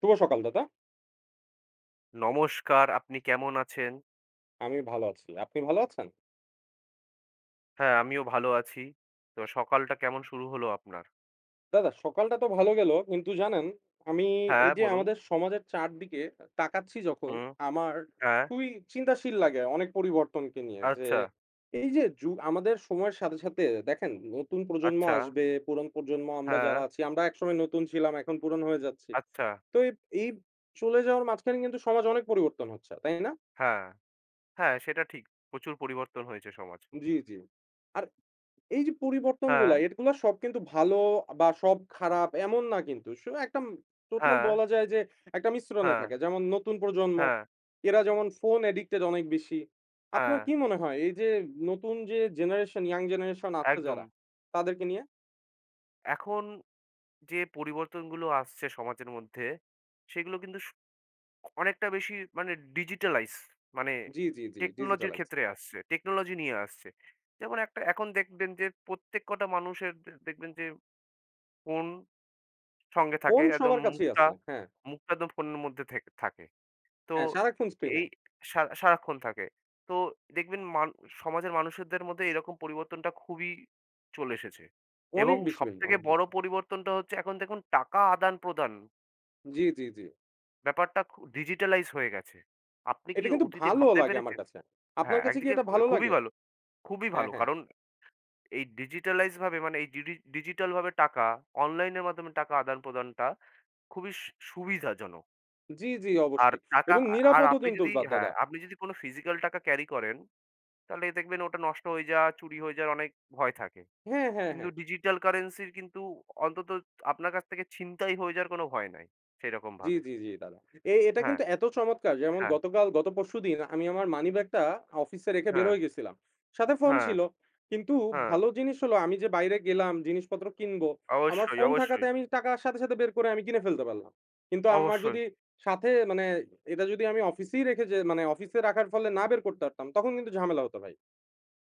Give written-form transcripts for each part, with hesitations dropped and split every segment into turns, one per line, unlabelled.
শুভ সকাল দাদা।
নমস্কার, আপনি কেমন আছেন?
আমি ভালো আছি। আপনি ভালো আছেন?
হ্যাঁ, আমিও ভালো আছি। তো সকালটা কেমন শুরু হলো আপনার?
দাদা সকালটা তো ভালো গেল। কিন্তু জানেন আমি এই
হ্যাঁ,
যে
বলুন।
আমাদের সমাজের চারদিকে তাকাচ্ছি যখন
হুম,
আমার
হ্যাঁ,
খুবই চিন্তাশীল লাগে অনেক পরিবর্তনকে নিয়ে। যে
আচ্ছা,
এই যে আমাদের সময়ের সাথে, সাথে দেখেন নতুন প্রজন্ম
আচ্ছা,
আসবে, পুরান প্রজন্ম আমরা
হ্যাঁ,
যারা আছি আমরা একসময় নতুন ছিলাম এখন পুরান হয়ে যাচ্ছি।
আচ্ছা,
তো এই এই চলে যাওয়ার মাঝখানে কিন্তু সমাজ অনেক পরিবর্তন হচ্ছে। তাই না?
হ্যাঁ, হ্যাঁ, সেটা ঠিক। প্রচুর পরিবর্তন হয়েছে সমাজ।
জি, জি। আর এই যে
হ্যাঁ,
পরিবর্তনগুলা, এগুলা সব কিন্তু ভালো বা সব খারাপ এমন না কিন্তু। সো একটা টোটাল
হ্যাঁ,
বলা যায় যে একটা মিশ্রণে
হ্যাঁ,
থাকে। যেমন নতুন প্রজন্ম,
হ্যাঁ,
এরা যেমন ফোন অ্যাডিক্টেড অনেক বেশি। আপনার
হ্যাঁ,
কি মনে হয় এই যে নতুন যে জেনারেশন, ইয়াং জেনারেশন আছে
একদম।
যারা, তাদেরকে নিয়ে?
এখন যে পরিবর্তনগুলো আসছে সমাজের মধ্যে, সেগুলো কিন্তু অনেকটা বেশি ডিজিটালাইজ, মানে
জি, জি, জি,
টেকনোলজির
ডিজিটালাইজড।
ক্ষেত্রে আসছে। টেকনোলজি নিয়ে আসছে। যেমন একটা এখন দেখবেন যে প্রত্যেক কটা মানুষের দেখবেন যে ফোন সঙ্গে থাকে।
ফোন
একদম
সবার কাছেই
মুখটা,
আছে। হ্যাঁ,
মুখটা একদম ফোনের মধ্যে থাকে। তো
হ্যাঁ, সারাক্ষণ
এই
স্ক্রিনে।
সারাক্ষণ থাকে। তো দেখবেন সমাজের মানুষদের মধ্যে এরকম পরিবর্তনটা খুবই চলে এসেছে। এবং
অনেক বেশি ভাই,
সবথেকে
অনেক
বড়
বেশি।
পরিবর্তনটা হচ্ছে এখন দেখুন টাকা আদান-প্রদান
জি, জি, জি।
ব্যাপারটা ডিজিটালাইজ হয়ে গেছে। আপনি কি
এটা কিন্তু
অতীতে
ভালো
ভাবতে
লাগে আমার
পেরেছেন?
কাছে। আপনার
হ্যাঁ,
কাছে কি
একদিকে
এটা ভালো
খুবই
লাগে?
ভালো, খুবই
হ্যাঁ,
ভালো।
হ্যাঁ।
কারণ এই ডিজিটালাইজ ভাবে, মানে এই ডিজিটাল ভাবে টাকা, অনলাইনের মাধ্যমে টাকা আদান-প্রদানটা খুবই সুবিধাজনক।
জি, জি
আর
অবশ্যই।
টাকা
এবং
আ আর
নিরাপদও
আপনি
কিন্তু
যদি
বা দাদা।
হ্যাঁ, আপনি যদি কোনো ফিজিক্যাল টাকা ক্যারি করেন, তাহলে দেখবেন ওটা নষ্ট হয়ে যাওয়া, চুরি হয়ে যাওয়ার অনেক ভয় থাকে।
হ্যাঁ, হ্যাঁ,
কিন্তু
হ্যাঁ।
ডিজিটাল কারেন্সির কিন্তু অন্তত আপনার কাছ থেকে ছিনতাই হয়ে যাওয়ার কোনো ভয় নাই,
জি,
সেরকমভাবে।
জি, জি দাদা। এটা
হ্যাঁ,
কিন্তু এত চমৎকার যেমন
হ্যাঁ,
গতকাল গত পরশুদিন আমি আমার মানিব্যাগটা অফিসে রেখে বের
হ্যাঁ,
হয়ে গেছিলাম। সাথে ফোন
হ্যাঁ,
ছিল। কিন্তু
হ্যাঁ।
ভালো জিনিস হলো আমি যে বাইরে গেলাম জিনিসপত্র কিনবো। আমার
অবশ্যই,
ফোন থাকাতে
অবশ্যই,
আমি টাকা সাথে, সাথে বের করে আমি কিনে ফেলতে পারলাম। কিন্তু আমার
অবশ্যই।
যদি সাথে মানে এটা যদি আমি অফিসেই রেখে যে মানে অফিসে রাখার ফলে না বের করতে পারতাম তখন কিন্তু ঝামেলা হতো ভাই।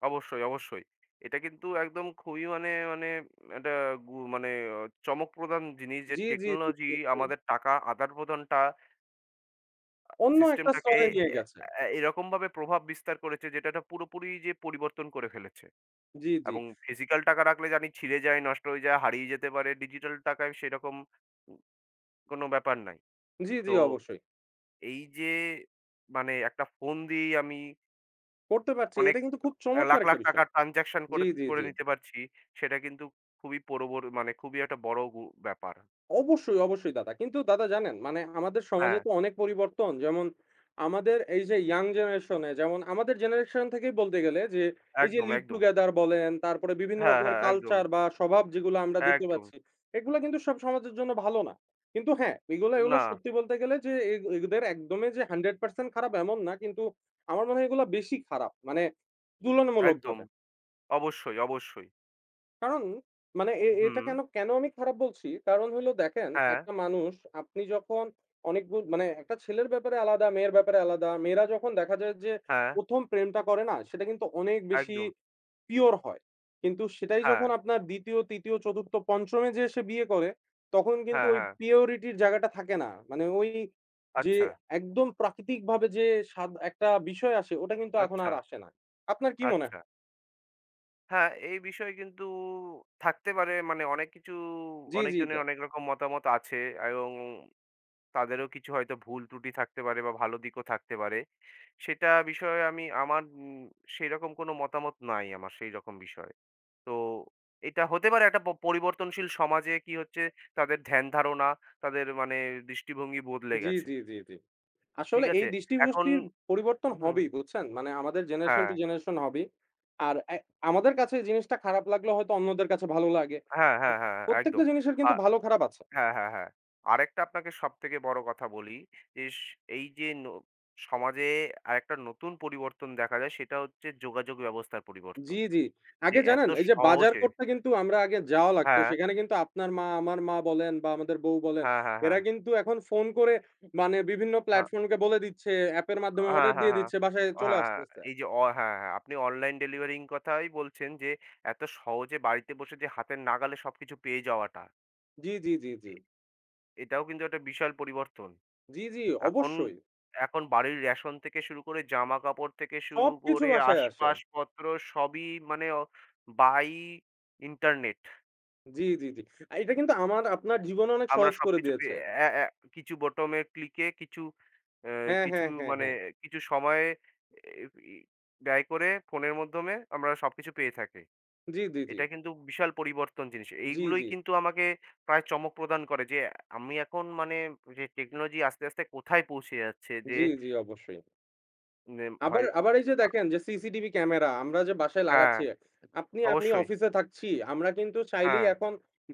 অবশ্যই, অবশ্যই। এটা কিন্তু একদম খুবই মানে মানে একটা গু মানে অ চমক প্রদান জিনিস যে
জি, জি, জি
টেকনোলজি
অবশ্যই।
আমাদের টাকা আদান-প্রদানটা
অন্য একটা
সিস্টেমটাকে
স্তরে নিয়ে
এ
গেছে।
এ এরকমভাবে প্রভাব বিস্তার করেছে, যেটা এটা পুরোপুরি যে পরিবর্তন করে ফেলেছে।
জি, জি।
এবং ফিজিক্যাল টাকা রাখলে জানি ছিঁড়ে যায়, নষ্ট হয়ে যায়, হারিয়ে যেতে পারে। ডিজিটাল টাকায় সেরকম উ কোনো ব্যাপার নাই।
জি, জি,
তো
অবশ্যই।
এই যে মানে একটা ফোন দিয়েই আমি
করতে পারছি।
অনেক
এটা কিন্তু খুব
লাখ,
চমৎকার একটা
লাখ
বিষয়।
টাকার ট্রান্সাকশন
জি,
করে
জি,
করে
জি।
নিতে পারছি। সেটা কিন্তু খুবই পরবর মানে খুবই একটা বড় ব্যাপার।
অবশ্যই, অবশ্যই দাদা। কিন্তু দাদা জানেন মানে আমাদের সমাজে
হ্যাঁ,
তো অনেক পরিবর্তন। যেমন আমাদের এই যে ইয়াং জেনারেশন এ যেমন আমাদের জেনারেশন থেকেই বলতে গেলে যে এই যে
একদম,
লিভ
একদম।
টুগেদার বলেন, তারপরে বিভিন্ন
হ্যাঁ,
রকমের
হ্যাঁ, একদম,
কালচার বা স্বভাব যেগুলো আমরা দেখতে
একদম।
পাচ্ছি, এগুলা কিন্তু সব সমাজের জন্য ভালো না। কিন্তু হ্যাঁ, এগুলা এগুলা
না,
সত্যি বলতে গেলে যে এদের একদমই যে 100% খারাপ এমন না। কিন্তু আমার মনে হয় এগুলা বেশি খারাপ। মানে
একদম।
তুলনামূলকভাবে।
অবশ্যই, অবশ্যই।
কারণ মানে এটা
হুম।
কেন, কেন আমি খারাপ বলছি? কারণ হইলো দেখেন,
হ্যাঁ,
একটা মানুষ আপনি যখন অনেকগুল মানে একটা ছেলের ব্যাপারে আলাদা, মেয়ের ব্যাপারে আলাদা। মেয়েরা যখন দেখা যায় যে
হ্যাঁ,
১ম প্রেমটা করে না? সেটা কিন্তু অনেক বেশি
একদম।
পিওর হয়। কিন্তু সেটাই
হ্যাঁ,
যখন আপনার ২য়, ৩য়, ৪র্থ, ৫ম এ যেয়ে সে বিয়ে করে, তখন কিন্তু
হ্যাঁ,
ওই
হ্যাঁ।
পিওরিটির জায়গাটা থাকে না। মানে ওই যে
আচ্ছা,
একদম প্রাকৃতিকভাবে যে স্বাদ একটা বিষয় আসে, ওটা কিন্তু এখন
আচ্ছা,
আর আসে না। আপনার কি মনে হয়?
আচ্ছা। হ্যাঁ, এই বিষয়ে কিন্তু থাকতে পারে মানে অনেক কিছু,
জি, জি,
অনেকজনের অনেক রকম মতামত আছে এবং তাদেরও কিছু হয়তো ভুল ত্রুটি থাকতে পারে বা ভালো দিকও থাকতে পারে। সেটা বিষয়ে আমি আমার সেইরকম কোনো মতামত নাই আমার সেইরকম বিষয়ে। তো এটা হতে পারে একটা পরিবর্তনশীল সমাজে কি হচ্ছে তাদের ধ্যান-ধারণা, তাদের মানে দৃষ্টিভঙ্গি বদলে
জি,
গেছে।
জি, জি, জি।
ঠিক
আসলে এই
আছে? এখন
দৃষ্টিভষ্টির পরিবর্তন
হুম,
হবেই বুঝছেন? মানে আমাদের জেনারেশন
হ্যাঁ,
টু জেনারেশন হবেই। আর আমাদের কাছে এই জিনিসটা খারাপ লাগলেও হয়তো অন্যদের কাছে ভালো লাগে।
হ্যাঁ, হ্যাঁ, হ্যাঁ, হ্যাঁ,
প্রত্যেকটা
একদম।
জিনিসের
আ
কিন্তু ভালো খারাপ আছে।
হ্যাঁ, হ্যাঁ, হ্যাঁ। আরেকটা আপনাকে সবথেকে বড় কথা বলি যে স এই যে ন সমাজে আরেকটা নতুন পরিবর্তন দেখা যায়, সেটা হচ্ছে যোগাযোগ ব্যবস্থার
জি,
পরিবর্তন।
জি।
যে
আগে
এত
জানেন এই যে বাজার
সহজে
করতে কিন্তু আমরা আগে যাওয়া লাগতো।
হ্যাঁ,
সেখানে কিন্তু আপনার মা, আমার মা বলেন বা আমাদের বউ বলেন,
হ্যাঁ, হ্যাঁ,
এরা
হ্যাঁ।
কিন্তু এখন ফোন করে মানে বিভিন্ন
হ্যাঁ,
প্ল্যাটফর্মকে বলে দিচ্ছে, অ্যাপের মাধ্যমে
হ্যাঁ,
অর্ডার
হ্যাঁ,
দিয়ে
হ্যাঁ।
দিচ্ছে, বাসায় চলে
হ্যাঁ, হ্যাঁ। হ্যাঁ,
আসতেছে।
এই যে হ্যাঁ, হ্যাঁ, হ্যাঁ, আপনি অনলাইন ডেলিভারিং কথাই বলছেন যে এত সহজে বাড়িতে বসে যে হাতের নাগালে সবকিছু পেয়ে যাওয়াটা,
জি, জি, জি, জি।
এটাও কিন্তু একটা বিশাল পরিবর্তন।
জি, জি
এখন
অবশ্যই।
এখন বাড়ির রেশন থেকে শুরু করে জামাকাপড় থেকে শুরু
সবকিছু
করে
বাসায় আসে।
আসবাবপত্র সবই মানে বাই ইন্টারনেট।
জি, জি, জি। এটা কিন্তু আমার আপনার জীবন অনেক
আমরা
সহজ করে
সবকিছু পে
দিয়েছে।
অ্যা অ্যা কিছু বোতামে ক্লিকে কিছু অ্যা
হ্যাঁ,
কিছু
হ্যাঁ, হ্যাঁ,
মানে
হ্যাঁ।
কিছু সময় এ ই ব্যয় করে ফোনের মাধ্যমে আমরা সবকিছু পেয়ে থাকি।
জি, জি, জি।
এটা কিন্তু বিশাল পরিবর্তন জিনিস।
জি,
এইগুলোই
জি।
কিন্তু আমাকে প্রায় চমক প্রদান করে যে আমি এখন মানে যে টেকনোলজি আস্তে, আস্তে কোথায় পৌঁছে যাচ্ছে যে
জি, জি অবশ্যই।
নেম
আবার
হয়
আবার এই যে
আ
দেখেন যে সিসিটিভি ক্যামেরা আমরা যে বাসায়
হ্যাঁ,
লাগাচ্ছি, আপনি আমি
অবশ্যই।
অফিসে থাকছি, আমরা কিন্তু চাইলেই
হ্যাঁ,
এখন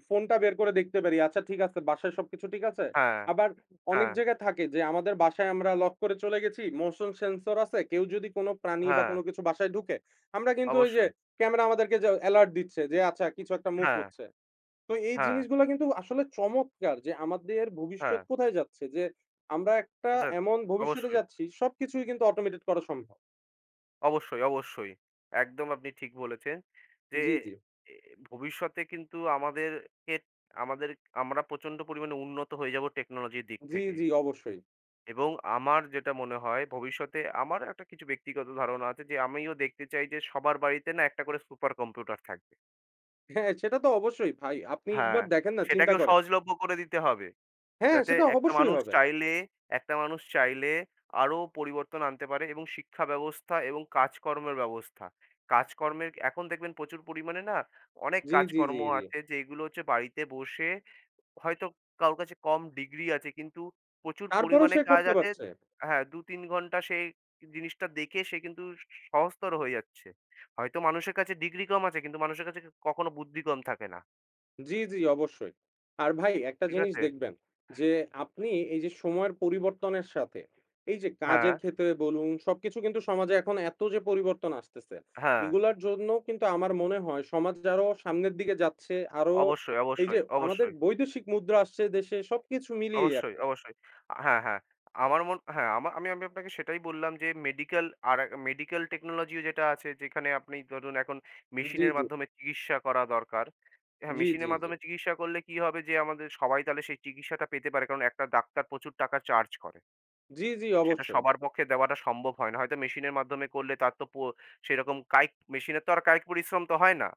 ফোনটা বের করে দেখতে পারি। আচ্ছা ঠিক আছে, বাসায় সবকিছু ঠিক আছে?
হ্যাঁ,
আবার অনেক
হ্যাঁ,
জায়গায় থাকে যে আমাদের বাসায় আমরা লক করে চলে গেছি, মোশন সেন্সর আছে। কেউ যদি কোনো প্রাণী বা
হ্যাঁ,
কোনো কিছু বাসায় ঢুকে, আমরা কিন্তু ওই যে
অবশ্যই।
ক্যামেরা আমাদেরকে যে এলার্ট দিচ্ছে যে আচ্ছা কিছু একটা মুভ
হ্যাঁ,
হচ্ছে। তো এই
হ্যাঁ,
জিনিসগুলা কিন্তু আসলে চমৎকার যে আমাদের ভবিষ্যৎ
হ্যাঁ,
কোথায় যাচ্ছে? যে আমরা একটা
কোথায়-
এমন ভবিষ্যতে
অবশ্যই।
যাচ্ছি সবকিছুই কিন্তু অটোমেটেড করা সম্ভব।
অবশ্যই, অবশ্যই। একদম আপনি ঠিক বলেছেন যে
জি, জি।
এ ভবিষ্যতে কিন্তু আমাদেরকে আমাদের আমরা প্রচণ্ড পরিমাণে উন্নত হয়ে যাব টেকনোলজির দিক
জি,
থেকে।
জি অবশ্যই।
এবং আমার যেটা মনে হয় ভবিষ্যতে আমার একটা কিছু ব্যক্তিগত ধারণা আছে যে আমিও দেখতে চাই যে সবার বাড়িতে না একটা করে সুপার কম্পিউটার থাকবে।
হ্যাঁ, সেটা তো অবশ্যই ভাই। আপনি
হ্যাঁ,
একবার দেখেন না চিন্তা
সেটাকেও
করেন।
সহজলভ্য করে দিতে হবে।
হ্যাঁ,
যাতে
সেটা অবশ্যই হবে।
একটা মানুষ চাইলে আরো পরিবর্তন আনতে পারে এবং শিক্ষা ব্যবস্থা এবং কাজকর্মের ব্যবস্থা। কাজকর্মের এখন দেখবেন প্রচুর পরিমাণে না অনেক
জি, জি,
কাজকর্ম
জি, জি।
আছে, যেগুলো হচ্ছে বাড়িতে বসে হয়তো কারোর কাছে কম ডিগ্রি আছে কিন্তু প্রচুর
তারপরেও
পরিমাণে
সে
কাজ
করতে
আছে।
পারছে।
হ্যাঁ, ২-৩ ঘন্টা সেই জিনিসটা দেখে সে কিন্তু সহজতর হয়ে যাচ্ছে। হয়তো মানুষের কাছে ডিগ্রি কম আছে কিন্তু মানুষের কাছে কখনো বুদ্ধি কম থাকে না।
জি, জি, অবশ্যই। আর ভাই একটা
ঠিক
জিনিস
আছে?
দেখবেন যে, আপনি এই যে সময়ের পরিবর্তনের সাথে এই যে
হ্যাঁ,
কাজের ক্ষেত্রে বলুন, সবকিছু কিন্তু সমাজে এখন এত যে পরিবর্তন আসতেছে,
হ্যাঁ।
এগুলার জন্য কিন্তু আমার মনে হয় সমাজ আরো সামনের দিকে যাচ্ছে। আরো
অবশ্যই,
এই যে
অবশ্যই,
আমাদের
অবশ্যই।
বৈদেশিক মুদ্রা আসছে দেশে, সবকিছু মিলিয়ে
অবশ্যই,
আরকি।
অবশ্যই। হ্যাঁ, হ্যাঁ। আমার মন হ্যাঁ, আমা আমি আমি আপনাকে সেটাই বললাম যে মেডিকেল টেকনোলজিও যেটা আছে, যেখানে আপনি ধরুন এখন
জি,
মেশিনের
জি,
মাধ্যমে চিকিৎসা করা দরকার। হ্যাঁ,
জি, জি,
মেশিনের
জি,
মাধ্যমে চিকিৎসা করলে কি হবে যে আমাদের সবাই তাহলে সেই চিকিৎসাটা পেতে পারে। কারণ একটা ডাক্তার প্রচুর টাকা চার্জ করে।
জি, জি,
সেটা
অবশ্যই।
সবার পক্ষে দেওয়াটা সম্ভব হয় না। হয়তো মেশিনের মাধ্যমে করলে তার তো পো সেরকম কায়িক মেশিনের তো আর কায়িক পরিশ্রম তো হয় না।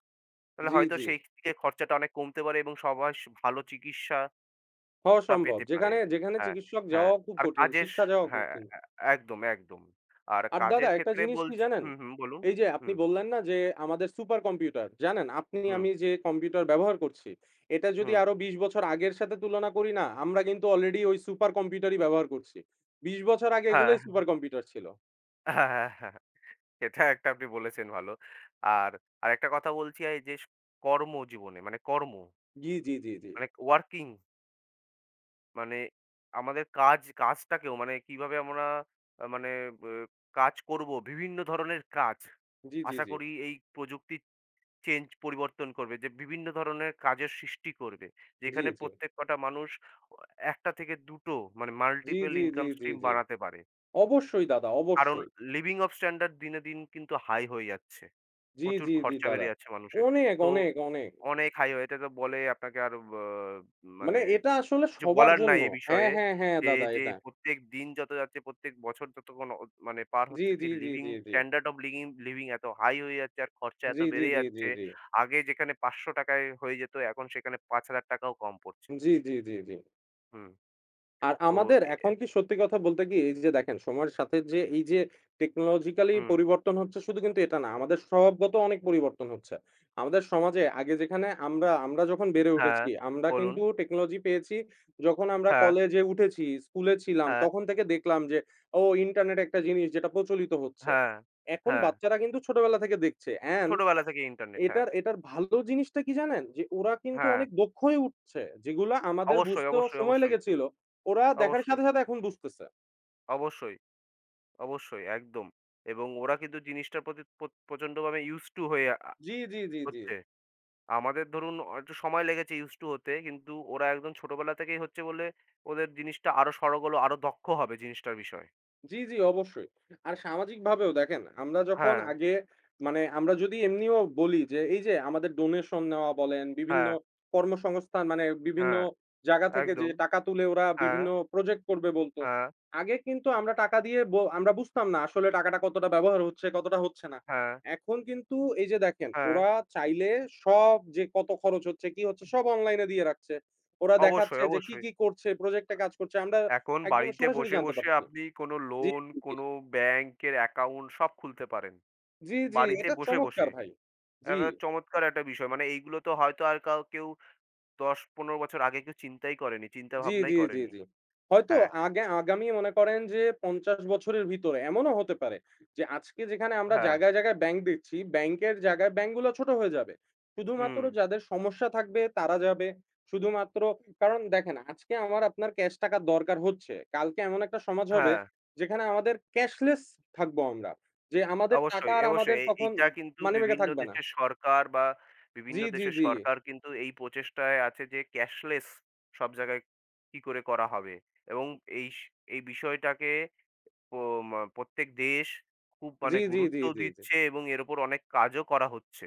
তাহলে
জি,
হয়তো
জি,
সেই দিকে খরচাটা অনেক কমতে পারে এবং সবাই ভালো চিকিৎসা
হওয়া
টা
সম্ভব।
পেতে পারে।
যেখানে, যেখানে
হ্যাঁ,
চিকিৎসক
হ্যাঁ।
যাওয়াও খুব
আর
কঠিন,
কাজের
শিক্ষা যাওয়া
হ্যাঁ,
কঠিন।
এ একদম, একদম। আর
আর দাদা
কাজের
একটা
ক্ষেত্রে
জিনিস কি
বলছি,
জানেন?
হুম, হুম, বলুন।
এই যে আপনি
হুম,
বললেন না যে আমাদের সুপার কম্পিউটার জানেন আপনি
হুম,
আমি যে কম্পিউটার ব্যবহার করছি, এটা যদি
হুম।
আরো ২০ বছর আগের সাথে তুলনা করি না, আমরা কিন্তু অলরেডি ওই সুপার কম্পিউটারই ব্যবহার করছি। ২০ বছর আগে
হ্যাঁ,
এগুলোই সুপার কম্পিউটার ছিল।
হ্যাঁ, হ্যাঁ, হ্যাঁ। এটা একটা আপনি বলেছেন ভালো। আর আরেকটা কথা বলছি, এই যে কর্মজীবনে, মানে কর্ম
জি, জি, জি, জি।
মানে ওয়ার্কিং, মানে আমাদের কাজটাকেও, মানে কিভাবে আমরা আ মানে ব কাজ করব, বিভিন্ন ধরনের কাজ
জি, জি,
আশা
জি।
করি এই প্রযুক্তি পরিবর্তন করবে, যে বিভিন্ন ধরনের কাজের সৃষ্টি করবে।
জি,
যেখানে
জি।
প্রত্যেক কটা মানুষ অ ১ টা থেকে ২ টো মানে
জি,
মাল্টিপল
জি, জি,
ইনকাম
জি,
স্ট্রিম
জি।
বানাতে পারে।
অবশ্যই দাদা,
কারণ
অবশ্যই।
লিভিং অফ স্ট্যান্ডার্ড দিনে দিন কিন্তু হাই হয়ে যাচ্ছে।
জি,
প্রচুর
জি, জি
খরচা
দাদা।
বেড়ে যাচ্ছে মানুষের।
অনেক,
তো
অনেক, অনেক।
অনেক হাই হয়ে এটা তো বলে আপনাকে আরো ব
মানে
মানে
এটা আসলে
কিছু
সবার
বলার নাই
জন্য।
এ
হ্যাঁ,
বিষয়ে
হ্যাঁ, হ্যাঁ
যে,
দাদা
যে
এটা।
প্রত্যেক দিন যত যাচ্ছে, প্রত্যেক বছর যত কোনো অ মানে পার
জি,
হচ্ছে যে
জি, জি,
লিভিং
জি, জি।
স্ট্যান্ডার্ড অফ লিভিং লিভিং এত হাই হয়ে যাচ্ছে আর খরচা এত
জি, জি,
বেড়ে
জি, জি,
যাচ্ছে।
জি।
আগে যেখানে ৳৫০০ য় হয়ে যেত এখন সেখানে ৳৫,০০০ ও কম পড়ছে।
জি, জি, জি, জি।
হুম,
আর
তো
আমাদের
এ
এখন কি সত্যি কথা বলতে কি এই যে দেখেন সময়ের সাথে যে এই যে টেকনোলজিক্যালি
হুম,
পরিবর্তন হচ্ছে শুধু কিন্তু এটা না। আমাদের স্বভাবগত অনেক পরিবর্তন হচ্ছে। আমাদের সমাজে আগে যেখানে আমরা যখন বেড়ে
হ্যাঁ,
উঠেছি আমরা
বলুন।
কিন্তু টেকনোলজি পেয়েছি যখন আমরা
হ্যাঁ,
কলেজে উঠেছি, স্কুলে ছিলাম
হ্যাঁ,
তখন থেকে দেখলাম যে ইন্টারনেট একটা জিনিস যেটা প্রচলিত হচ্ছে।
হ্যাঁ,
এখন
হ্যাঁ।
বাচ্চারা কিন্তু ছোটবেলা থেকে দেখছে। অ্যান্ড
ছোটবেলা থেকে ইন্টারনেট, হ্যাঁ,
এটার এটার ভালো জিনিসটা কি জানেন? যে ওরা কিন্তু
হ্যাঁ।
অনেক দক্ষ হয়ে উঠছে। যেগুলা আমাদের
অবশ্যই,
বুঝতেও
অবশ্যই,
সময়
অবশ্যই,
লেগেছিল। ওরা দেখার
অবশ্যই,
সাথে, সাথে এখন বুঝতেছে।
অবশ্যই, অবশ্যই, একদম। এবং ওরা কিন্তু জিনিসটার প্রতি প্রচন্ডভাবে ইউজড টু হয়ে
জি, জি, জি, জি।
হচ্ছে। আমাদের ধরুন একটু সময় লেগেছে used to হতে। কিন্তু ওরা একদম ছোটবেলা থেকেই হচ্ছে বলে ওদের জিনিসটা আরো সরগোল আরো দক্ষ হবে জিনিসটার বিষয়ে।
জি, জি অবশ্যই। আর সামাজিকভাবেও দেখেন আমরা যখন
হ্যাঁ,
আগে মানে আমরা যদি এমনিও বলি যে এই যে আমাদের ডোনেশন নেওয়া বলেন, বিভিন্ন
হ্যাঁ,
কর্মসংস্থান মানে বিভিন্ন
হ্যাঁ,
জায়গা থেকে যে
একদম।
টাকা তুলে ওরা
হ্যাঁ,
বিভিন্ন প্রজেক্ট করবে বলত।
হ্যাঁ,
আগে কিন্তু আমরা টাকা দিয়ে আমরা বুঝতাম না আসলে টাকাটা কতটা ব্যবহার হচ্ছে, কতটা হচ্ছে না।
হ্যাঁ,
এখন কিন্তু এই যে দেখেন
হ্যাঁ।
ওরা চাইলে সব যে কত খরচ হচ্ছে, কি হচ্ছে সব অনলাইনে দিয়ে রাখছে। ওরা
অবশ্যই,
দেখাচ্ছে যে কি,
অবশ্যই।
কি করছে, প্রজেক্টে কাজ করছে। আমরা
এখন
একদম
বাড়িতে
সরাসরি
বসে,
জানতে
বসে
পারছি।
আপনি কোনো
জি,
লোন,
জি,
কোনো ব্যাংকের অ্যাকাউন্ট সব খুলতে পারেন।
জি, জি,
বাড়িতে
এটা
বসে,
চমৎকার
বসে।
ভাই। জি,
একটা চমৎকার একটা বিষয়। মানে এইগুলো তো হয়তো আর কেউ ১০-১৫ বছর আগে কেউ চিন্তাই করেনি, চিন্তা
জি,
ভাবনাই
জি, জি,
করেনি।
জি। হয়তো
হ্যাঁ,
আগে আগামী মনে করেন যে ৫০ বছরের ভিতরে এমনও হতে পারে যে আজকে যেখানে আমরা
হ্যাঁ,
জায়গায়, জায়গায় ব্যাংক দেখছি, ব্যাংকের জায়গায় ব্যাংকগুলো ছোট হয়ে যাবে। শুধুমাত্র
হুম।
যাদের সমস্যা থাকবে তারা যাবে। শুধুমাত্র কারণ দেখেন আজকে আমার আপনার ক্যাশ টাকার দরকার হচ্ছে। কালকে এমন একটা সমাজ হবে
হ্যাঁ,
যেখানে আমাদের ক্যাশলেস থাকবো আমরা। যে আমাদের টাকা
অবশ্যই,
আর আমাদের
অবশ্যই।
তখন
এইটা কিন্তু
মানিব্যাগে থাকবে না। জি,
বিভিন্ন
জি,
দেশের
জি।
সরকার কিন্তু এই প্রচেষ্টায় আছে যে ক্যাশলেস সব জায়গায় কি করে করা হবে এবং এই স এই বিষয়টাকে প মা প্রত্যেক দেশ খুব
জি,
মানে
জি, জি,
গুরুত্বও
জি, জি।
দিচ্ছে এবং এর উপর অনেক কাজও করা হচ্ছে।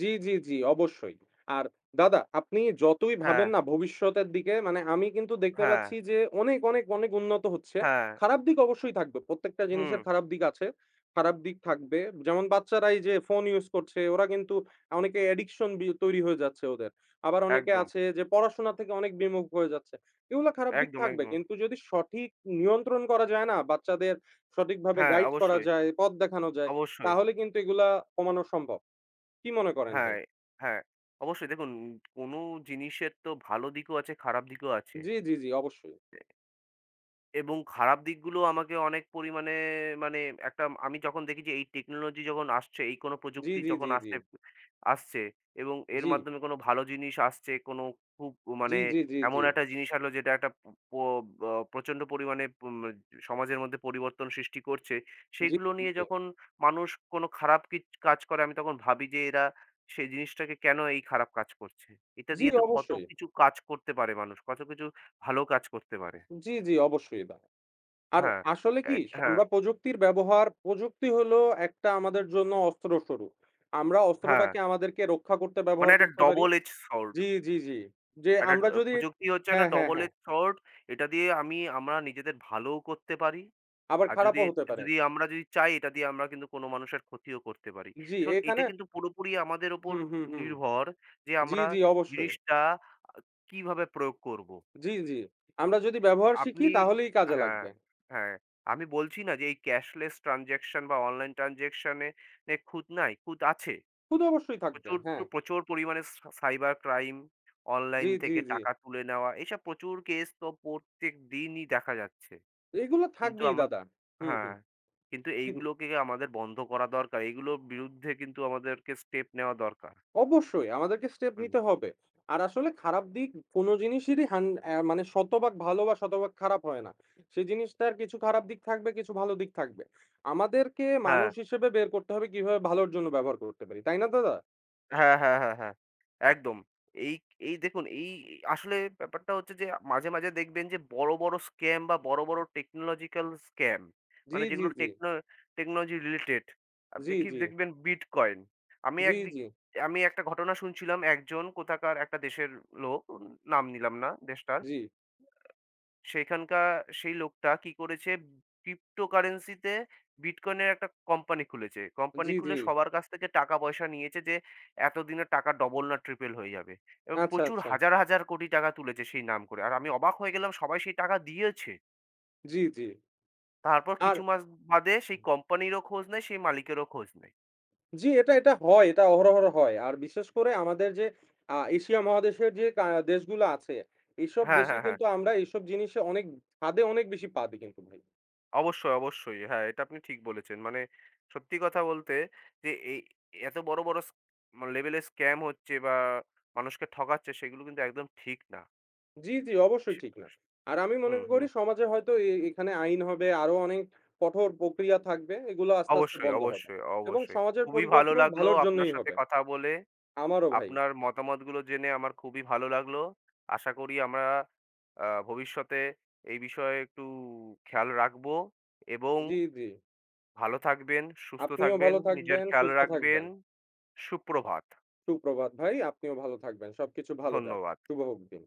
জি, জি, জি, অবশ্যই। আর দাদা আপনি যতই
হ্যাঁ,
ভাবেন না ভবিষ্যতের দিকে মানে আমি কিন্তু দেখতে
হ্যাঁ,
পাচ্ছি যে অনেক, অনেক, অনেক উন্নত হচ্ছে।
হ্যাঁ,
খারাপ দিক অবশ্যই থাকবে। প্রত্যেকটা
হুম,
জিনিসের খারাপ দিক আছে। খারাপ দিক থাকবে। যেমন বাচ্চারা এই যে ফোন ইউজ করছে ওরা কিন্তু অনেকে অ্যাডিকশন তৈরি হয়ে যাচ্ছে ওদের। আবার অনেকে
একদম,
আছে যে পড়াশোনা থেকে অনেক বিমুখ হয়ে যাচ্ছে। এগুলা খারাপ দিক
একদম,
থাকবে।
একদম।
কিন্তু যদি সঠিক নিয়ন্ত্রণ করা যায় না, বাচ্চাদের সঠিকভাবে
হ্যাঁ,
গাইড করা
অবশ্যই,
যায়, পথ দেখানো যায়
অবশ্যই।
তাহলে কিন্তু এগুলা কমানো সম্ভব। কি মনে করেন ভাই?
হ্যাঁ, হ্যাঁ, অবশ্যই, দেখুন কোনো জিনিসের তো ভালো দিকও আছে, খারাপ দিকও আছে।
জি, জি, জি, অবশ্যই।
এবং খারাপ দিকগুলো আমাকে অনেক পরিমাণে, মানে একটা, আমি যখন দেখি যে এই টেকনোলজি যখন আসছে, এই কোনো
জি,
প্রযুক্তি
জি,
যখন
জি, জি।
আসছে আসছে এবং এর
জি,
মাধ্যমে কোনো ভালো জিনিস আসছে, কোনো খুব
জি,
মানে
জি, জি, জি।
এমন একটা জিনিস আনলো যেটা একটা প আ প্রচণ্ড পরিমাণে সমাজের মধ্যে পরিবর্তন সৃষ্টি করছে।
জি,
সেগুলো
জি,
নিয়ে
জি।
যখন মানুষ কোনো খারাপ কাজ করে, আমি তখন ভাবি যে এরা সেই জিনিসটাকে কেন এই খারাপ কাজ করছে? এটা
জি,
দিয়ে তো কত
অবশ্যই।
কিছু কাজ করতে পারে মানুষ, কত কিছু ভালো কাজ করতে পারে।
জি, জি, অবশ্যই দা। আর
হ্যাঁ,
আসলে কি
হ্যাঁ,
আমরা প্রযুক্তির ব্যবহার প্রযুক্তি হলো একটা আমাদের জন্য অস্ত্রস্বরূপ। আমরা
হ্যাঁ।
অস্ত্রটাকে আমাদেরকে রক্ষা করতে
মানে
ব্যবহার
একটা
করতে পারি।
Double edge sword.
জি, জি, জি। যে
একটা ড
আমরা যদি
প্রযুক্তি হচ্ছে একটা
হ্যাঁ, হ্যাঁ,
ডবল
হ্যাঁ।
Edge sword. এটা দিয়ে আমরা নিজেদের ভালোও করতে পারি।
আবার
আর যদি
খারাপও
এ-
হতে পারে।
যদি আমরা চাই, এটা দিয়ে আমরা কিন্তু কোনো মানুষের ক্ষতিও করতে পারি।
জি,
সো এটা
এখানে
কিন্তু পুরোপুরি আমাদের ওপর
হুম, হুম, হুম।
নির্ভর যে
জি,
আমরা
জি, অবশ্যই।
জিনিসটা আ কিভাবে প্রয়োগ করব।
জি, জি। আমরা যদি ব্যবহার শিখি
আপনি
তাহলেই কাজে
হ্যাঁ,
লাগবে।
হ্যাঁ। আমি বলছি না যে এই ক্যাশলেস ট্রান্সাকশন বা অনলাইন ট্রান্সাকশন এ এ খুঁত নাই, খুঁত আছে।
খুদ অবশ্যই থাকবে।
প্রচুর,
হ্যাঁ।
প্রচুর পরিমাণে সাইবার ক্রাইম,
জি,
অনলাইন
জি,
থেকে
জি।
টাকা তুলে নেওয়া, এসব প্রচুর কেস তো প্রত্যেক দিনই দেখা যাচ্ছে।
এগুলো
কিন্তু
থাকবেই
আমার
দাদা। হুম,
হ্যাঁ,
হুম।
কিন্তু
হুম,
এইগুলোকে আমাদের বন্ধ করা দরকার। এগুলোর বিরুদ্ধে কিন্তু আমাদেরকে স্টেপ নেওয়া দরকার।
অবশ্যই আমাদেরকে স্টেপ
হুম,
নিতে হবে। আর আসলে খারাপ দিক কোন জিনিসেরই হান অ্যা মানে শতভাগ ভালো বা শতভাগ খারাপ হয় না। সেই জিনিসটার কিছু খারাপ দিক থাকবে, কিছু ভালো দিক থাকবে। আমাদেরকে
হ্যাঁ।
মানুষ হিসেবে বের করতে হবে কিভাবে ভালোর জন্য ব্যবহার করতে পারি। তাই না দাদা?
হ্যাঁ, হ্যাঁ, হ্যাঁ, হ্যাঁ। একদম। এই এই দেখুন এই এই আসলে ব্যাপারটা হচ্ছে যে মাঝে, মাঝে দেখবেন যে বড়, বড় স্ক্যাম বা বড়, বড় টেকনোলজিক্যাল স্ক্যাম,
জি,
মানে
জি,
যেগুলো
জি।
Technology related.
জি,
দেখি
জি।
দেখবেন বিটকয়েন। আমি
জি,
একদিক
জি।
আমি একটা ঘটনা শুনছিলাম একজন কোথাকার একটা দেশের লোক, নাম নিলাম না দেশটার।
জি।
সেখানকার সেই লোকটা কি করেছে cryptocurrency তে বিটকয়েনের একটা কোম্পানি খুলেছে। কোম্পানি
জি, জি।
খুলে সবার কাছ থেকে টাকা পয়সা নিয়েছে যে এতদিনে টাকা ডবল না ট্রিপল হয়ে যাবে। এবং
আচ্ছা,
প্রচুর
আচ্ছা।
হাজার, হাজার কোটি টাকা তুলেছে সেই নাম করে। আর আমি অবাক হয়ে গেলাম সবাই সেই টাকা দিয়েছে।
জি, জি।
তারপর
আর
কিছু মাস বাদে সেই কোম্পানিরও খোঁজ নেই, সেই মালিকেরও খোঁজ নেই।
জি, এটা, এটা হয়। এটা অহরহ হয়। আর বিশেষ করে আমাদের যে এশিয়া মহাদেশের যে দেশগুলো আছে, এইসব
হ্যাঁ,
দেশে
হ্যাঁ, হ্যাঁ।
কিন্তু আমরা এইসব জিনিসে অনেক ফাঁদে অনেক বেশি পা দিই কিন্তু ভাই।
অবশ্যই, অবশ্যই। হ্যাঁ, এটা আপনি ঠিক বলেছেন। মানে সত্যি কথা বলতে যে এত বড়, বড় লেভেলের স্ক্যাম হচ্ছে বা মানুষকে ঠকাচ্ছে, সেগুলো কিন্তু একদম ঠিক না।
জি, জি, অবশ্যই
সে
ঠিক না।
স
আর আমি মনে
হুম, হুম।
করি সমাজে হয়তো এখানে আইন হবে, আরো অনেক কঠোর প্রক্রিয়া থাকবে। এগুলো আস্তে, আস্তে
অবশ্যই,
বন্ধ হবে।
অবশ্যই,
এবং
অবশ্যই।
সমাজের
খুবই ভালো
পরিবর্তন
লাগলো
ভালোর
আপনার
জন্যই
সাথে
হবে।
কথা বলে।
আমারও ভাই।
আপনার মতামতগুলো জেনে আমার খুবই ভালো লাগলো। আশা করি আমরা ভবিষ্যতে এই বিষয়ে একটু খেয়াল রাখবো এবং
জি, জি।
ভালো থাকবেন, সুস্থ
আপনিও
থাকবেন,
ভালো
নিজের
থাকবেন,
খেয়াল
সুস্থ
রাখবেন।
থাকবেন।
সুপ্রভাত।
সুপ্রভাত ভাই। আপনিও ভালো থাকবেন। সবকিছু ভালো যাক।
ধন্যবাদ।
শুভ হোক দিন।